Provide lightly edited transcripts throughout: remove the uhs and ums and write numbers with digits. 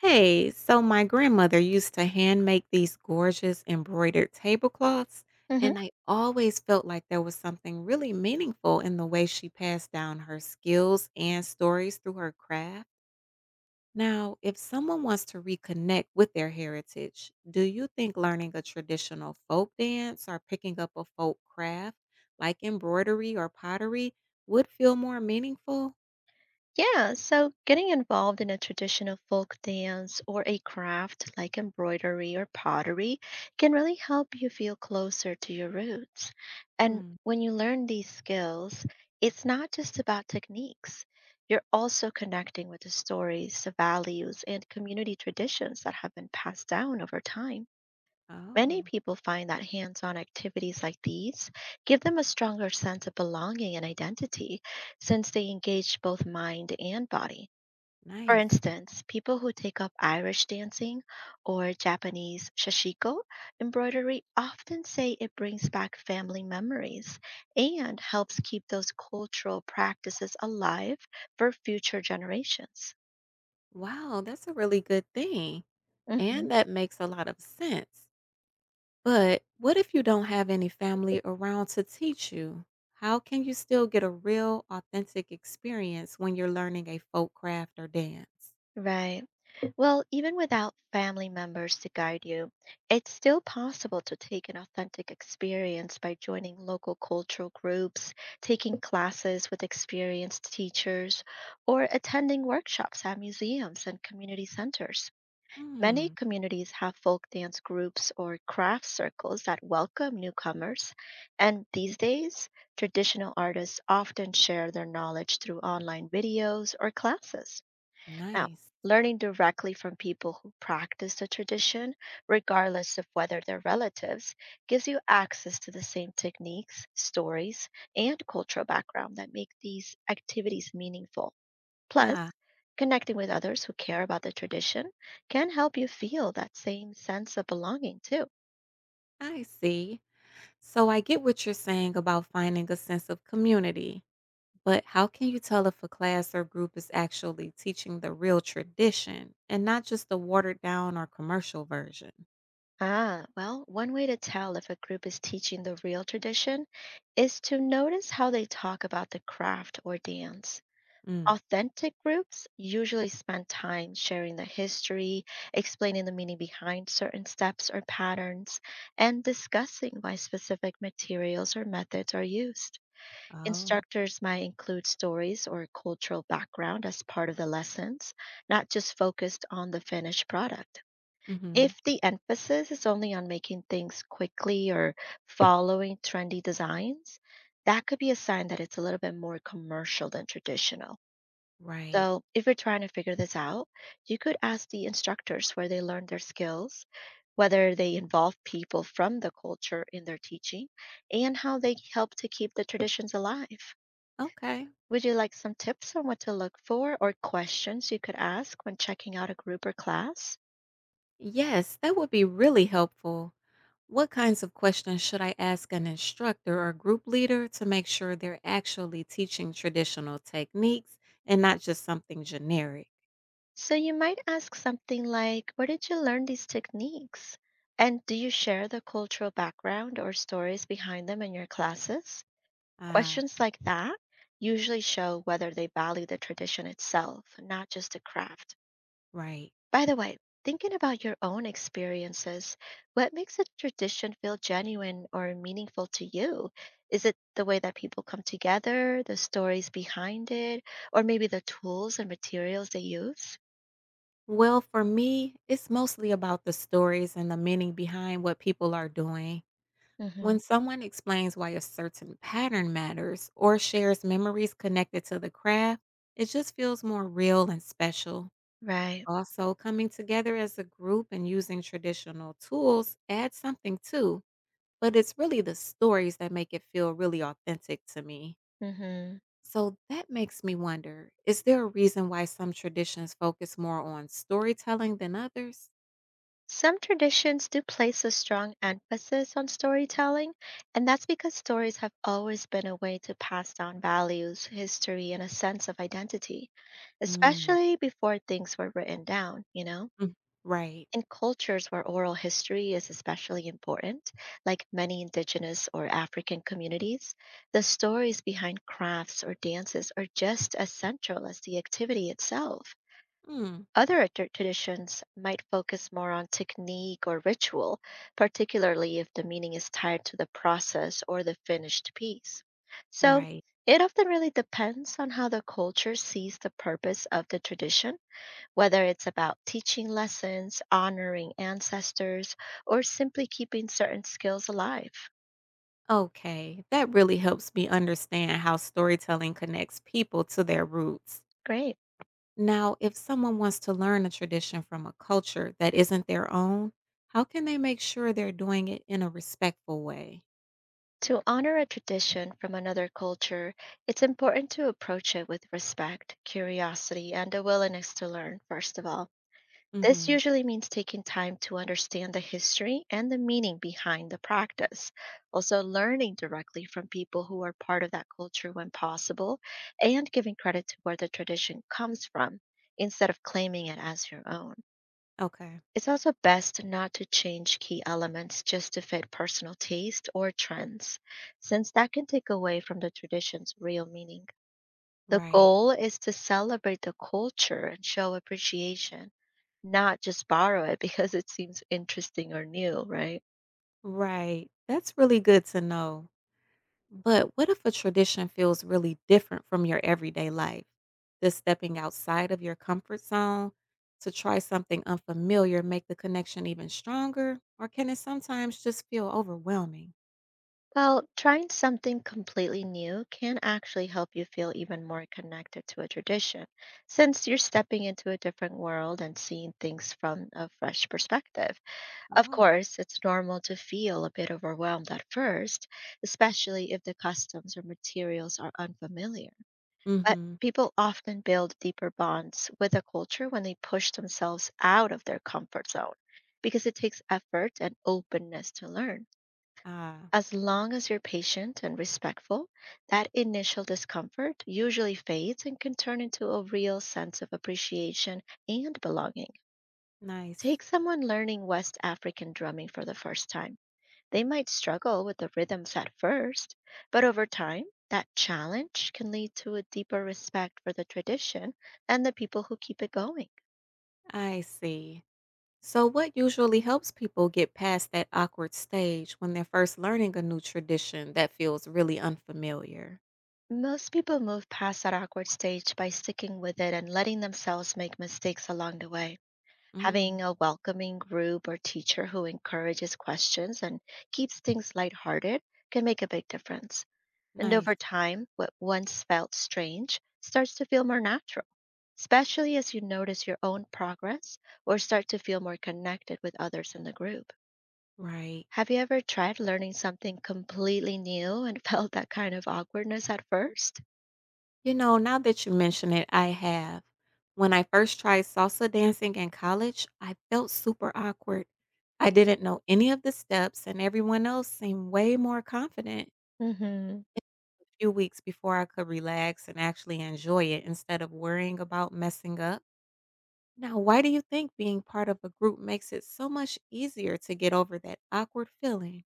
Hey, so my grandmother used to hand make these gorgeous embroidered tablecloths, Hmm. and I always felt like there was something really meaningful in the way she passed down her skills and stories through her craft. Now, if someone wants to reconnect with their heritage, do you think learning a traditional folk dance or picking up a folk craft like embroidery or pottery would feel more meaningful? Yeah, so getting involved in a traditional folk dance or a craft like embroidery or pottery can really help you feel closer to your roots. And Hmm. when you learn these skills, it's not just about techniques. You're also connecting with the stories, the values, and community traditions that have been passed down over time. Many Oh, people find that hands on activities like these give them a stronger sense of belonging and identity since they engage both mind and body. For nice. instance, people who take up Irish dancing or Japanese shashiko embroidery often say it brings back family memories and helps keep those cultural practices alive for future generations. Wow, that's a really good thing. Mhm. And that makes a lot of sense. But what if you don't have any family around to teach you? How can you still get a real, authentic experience when you're learning a folk craft or dance? Right. Well, even without family members to guide you, it's still possible to take an authentic experience by joining local cultural groups, taking classes with experienced teachers, or attending workshops at museums and community centers. Many Hmm, communities have folk dance groups or craft circles that welcome newcomers, and these days, traditional artists often share their knowledge through online videos or classes. Now, nice. learning directly from people who practice the tradition, regardless of whether they're relatives, gives you access to the same techniques, stories, and cultural background that make these activities meaningful. Plus, Ah, connecting with others who care about the tradition can help you feel that same sense of belonging too. I see. So I get what you're saying about finding a sense of community, but how can you tell if a class or group is actually teaching the real tradition and not just the watered down or commercial version? Ah, well, one way to tell if a group is teaching the real tradition is to notice how they talk about the craft or dance. Mm. Authentic groups usually spend time sharing the history, explaining the meaning behind certain steps or patterns, and discussing why specific materials or methods are used. Oh, Instructors might include stories or cultural background as part of the lessons, not just focused on the finished product. mm-hmm. If the emphasis is only on making things quickly or following trendy designs, that could be a sign that it's a little bit more commercial than traditional. Right. So, if you're trying to figure this out, you could ask the instructors where they learned their skills, whether they involve people from the culture in their teaching, and how they help to keep the traditions alive. Okay. Would you like some tips on what to look for or questions you could ask when checking out a group or class? Yes, that would be really helpful. What kinds of questions should I ask an instructor or group leader to make sure they're actually teaching traditional techniques and not just something generic? So, you might ask something like, where did you learn these techniques? And do you share the cultural background or stories behind them in your classes? Ah, Questions like that usually show whether they value the tradition itself, not just the craft. right. By the way, thinking about your own experiences, what makes a tradition feel genuine or meaningful to you? Is it the way that people come together, the stories behind it, or maybe the tools and materials they use? Well, for me, it's mostly about the stories and the meaning behind what people are doing. Hmm. When someone explains why a certain pattern matters or shares memories connected to the craft, it just feels more real and special. Right. Also, coming together as a group and using traditional tools adds something too, but it's really the stories that make it feel really authentic to me. Hmm. So that makes me wonder, is there a reason why some traditions focus more on storytelling than others? Some traditions do place a strong emphasis on storytelling, and that's because stories have always been a way to pass down values, history, and a sense of identity, Mm, especially before things were written down, you know? mm, right. In cultures where oral history is especially important, like many indigenous or African communities, the stories behind crafts or dances are just as central as the activity itself. Mm, Other traditions might focus more on technique or ritual, particularly if the meaning is tied to the process or the finished piece. So right. it often really depends on how the culture sees the purpose of the tradition, whether it's about teaching lessons, honoring ancestors, or simply keeping certain skills alive. Okay. That really helps me understand how storytelling connects people to their roots. Great. Now, if someone wants to learn a tradition from a culture that isn't their own, how can they make sure they're doing it in a respectful way? To honor a tradition from another culture, it's important to approach it with respect, curiosity, and a willingness to learn, first of all. This Mhm. usually means taking time to understand the history and the meaning behind the practice. Also, learning directly from people who are part of that culture when possible, and giving credit to where the tradition comes from instead of claiming it as your own. Okay. It's also best not to change key elements just to fit personal taste or trends, since that can take away from the tradition's real meaning. The Right. goal is to celebrate the culture and show appreciation, not just borrow it because it seems interesting or new, right? Right. That's really good to know. But what if a tradition feels really different from your everyday life? Does stepping outside of your comfort zone to try something unfamiliar make the connection even stronger? Or can it sometimes just feel overwhelming? Well, trying something completely new can actually help you feel even more connected to a tradition, since you're stepping into a different world and seeing things from a fresh perspective. Of Oh. course, it's normal to feel a bit overwhelmed at first, especially if the customs or materials are unfamiliar. But Mm-hmm. people often build deeper bonds with a culture when they push themselves out of their comfort zone because it takes effort and openness to learn. Ah, As long as you're patient and respectful, that initial discomfort usually fades and can turn into a real sense of appreciation and belonging. nice. Take someone learning West African drumming for the first time, they might struggle with the rhythms at first, but over time, that challenge can lead to a deeper respect for the tradition and the people who keep it going. I see. So, what usually helps people get past that awkward stage when they're first learning a new tradition that feels really unfamiliar? Most people move past that awkward stage by sticking with it and letting themselves make mistakes along the way. Mm, Having a welcoming group or teacher who encourages questions and keeps things lighthearted can make a big difference. And over nice. time, what once felt strange starts to feel more natural, especially as you notice your own progress or start to feel more connected with others in the group. Right. Have you ever tried learning something completely new and felt that kind of awkwardness at first? You know, now that you mention it, I have. When I first tried salsa dancing in college, I felt super awkward. I didn't know any of the steps, and everyone else seemed way more confident. Hmm. It took a few weeks before I could relax and actually enjoy it instead of worrying about messing up. Now, why do you think being part of a group makes it so much easier to get over that awkward feeling?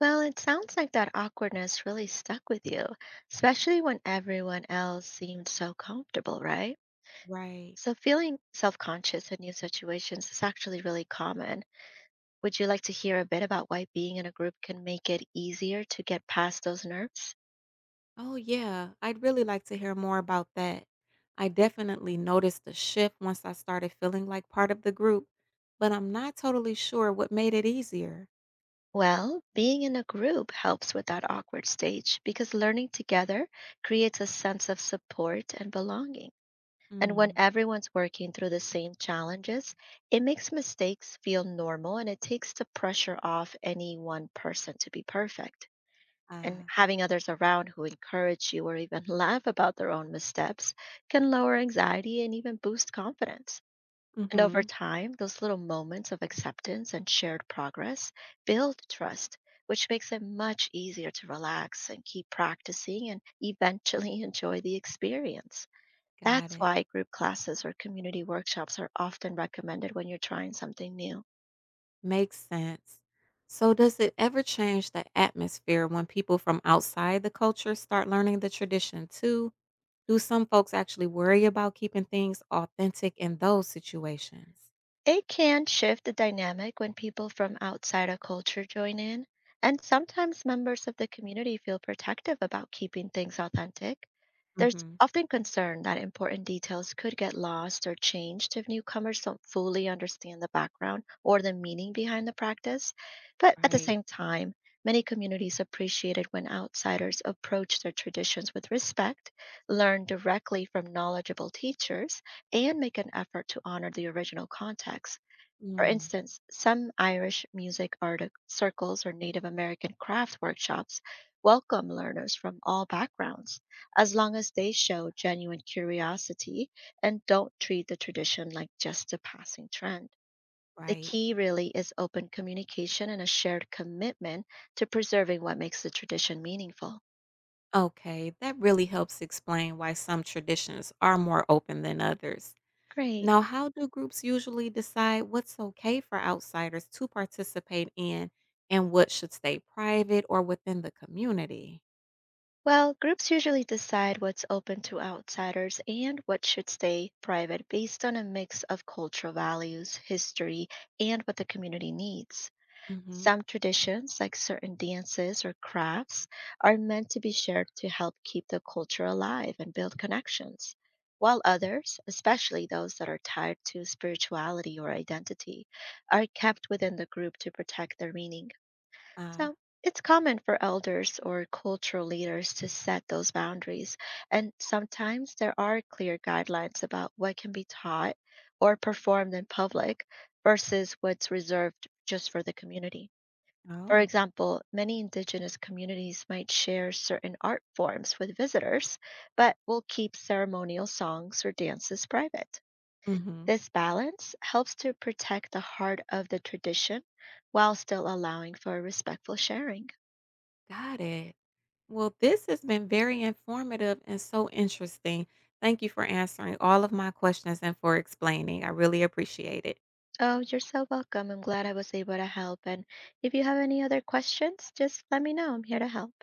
Well, it sounds like that awkwardness really stuck with you, especially when everyone else seemed so comfortable, right? Right. So, feeling self conscious in new situations is actually really common. Would you like to hear a bit about why being in a group can make it easier to get past those nerves? Oh, yeah, I'd really like to hear more about that. I definitely noticed a shift once I started feeling like part of the group, but I'm not totally sure what made it easier. Well, being in a group helps with that awkward stage because learning together creates a sense of support and belonging. And when Mm. everyone's working through the same challenges, it makes mistakes feel normal and it takes the pressure off any one person to be perfect. And Ah, having others around who encourage you or even laugh about their own missteps can lower anxiety and even boost confidence. And over mm-hmm. time, those little moments of acceptance and shared progress build trust, which makes it much easier to relax and keep practicing and eventually enjoy the experience. Got That's it. why group classes or community workshops are often recommended when you're trying something new. Makes sense. So, does it ever change the atmosphere when people from outside the culture start learning the tradition too? Do some folks actually worry about keeping things authentic in those situations? It can shift the dynamic when people from outside a culture join in, and sometimes members of the community feel protective about keeping things authentic. There's Hmm. often concern that important details could get lost or changed if newcomers don't fully understand the background or the meaning behind the practice. But at the Right. same time, many communities appreciate it when outsiders approach their traditions with respect, learn directly from knowledgeable teachers, and make an effort to honor the original context. For Mm, instance, some Irish music art circles or Native American craft workshops welcome learners from all backgrounds, as long as they show genuine curiosity and don't treat the tradition like just a passing trend. The right. key really is open communication and a shared commitment to preserving what makes the tradition meaningful. Okay. That really helps explain why some traditions are more open than others. Great. Now, how do groups usually decide what's okay for outsiders to participate in and what should stay private or within the community? Well, groups usually decide what's open to outsiders and what should stay private based on a mix of cultural values, history, and what the community needs. Mm-hmm. Some traditions, like certain dances or crafts, are meant to be shared to help keep the culture alive and build connections, while others, especially those that are tied to spirituality or identity, are kept within the group to protect their meaning. Uh, So it's common for elders or cultural leaders to set those boundaries, and sometimes there are clear guidelines about what can be taught or performed in public versus what's reserved just for the community. For oh. example, many indigenous communities might share certain art forms with visitors, but will keep ceremonial songs or dances private. Hmm. This balance helps to protect the heart of the tradition while still allowing for respectful sharing. Got it. Well, this has been very informative and so interesting. Thank you for answering all of my questions and for explaining. I really appreciate it. Oh, you're so welcome. I'm glad I was able to help. And if you have any other questions, just let me know. I'm here to help.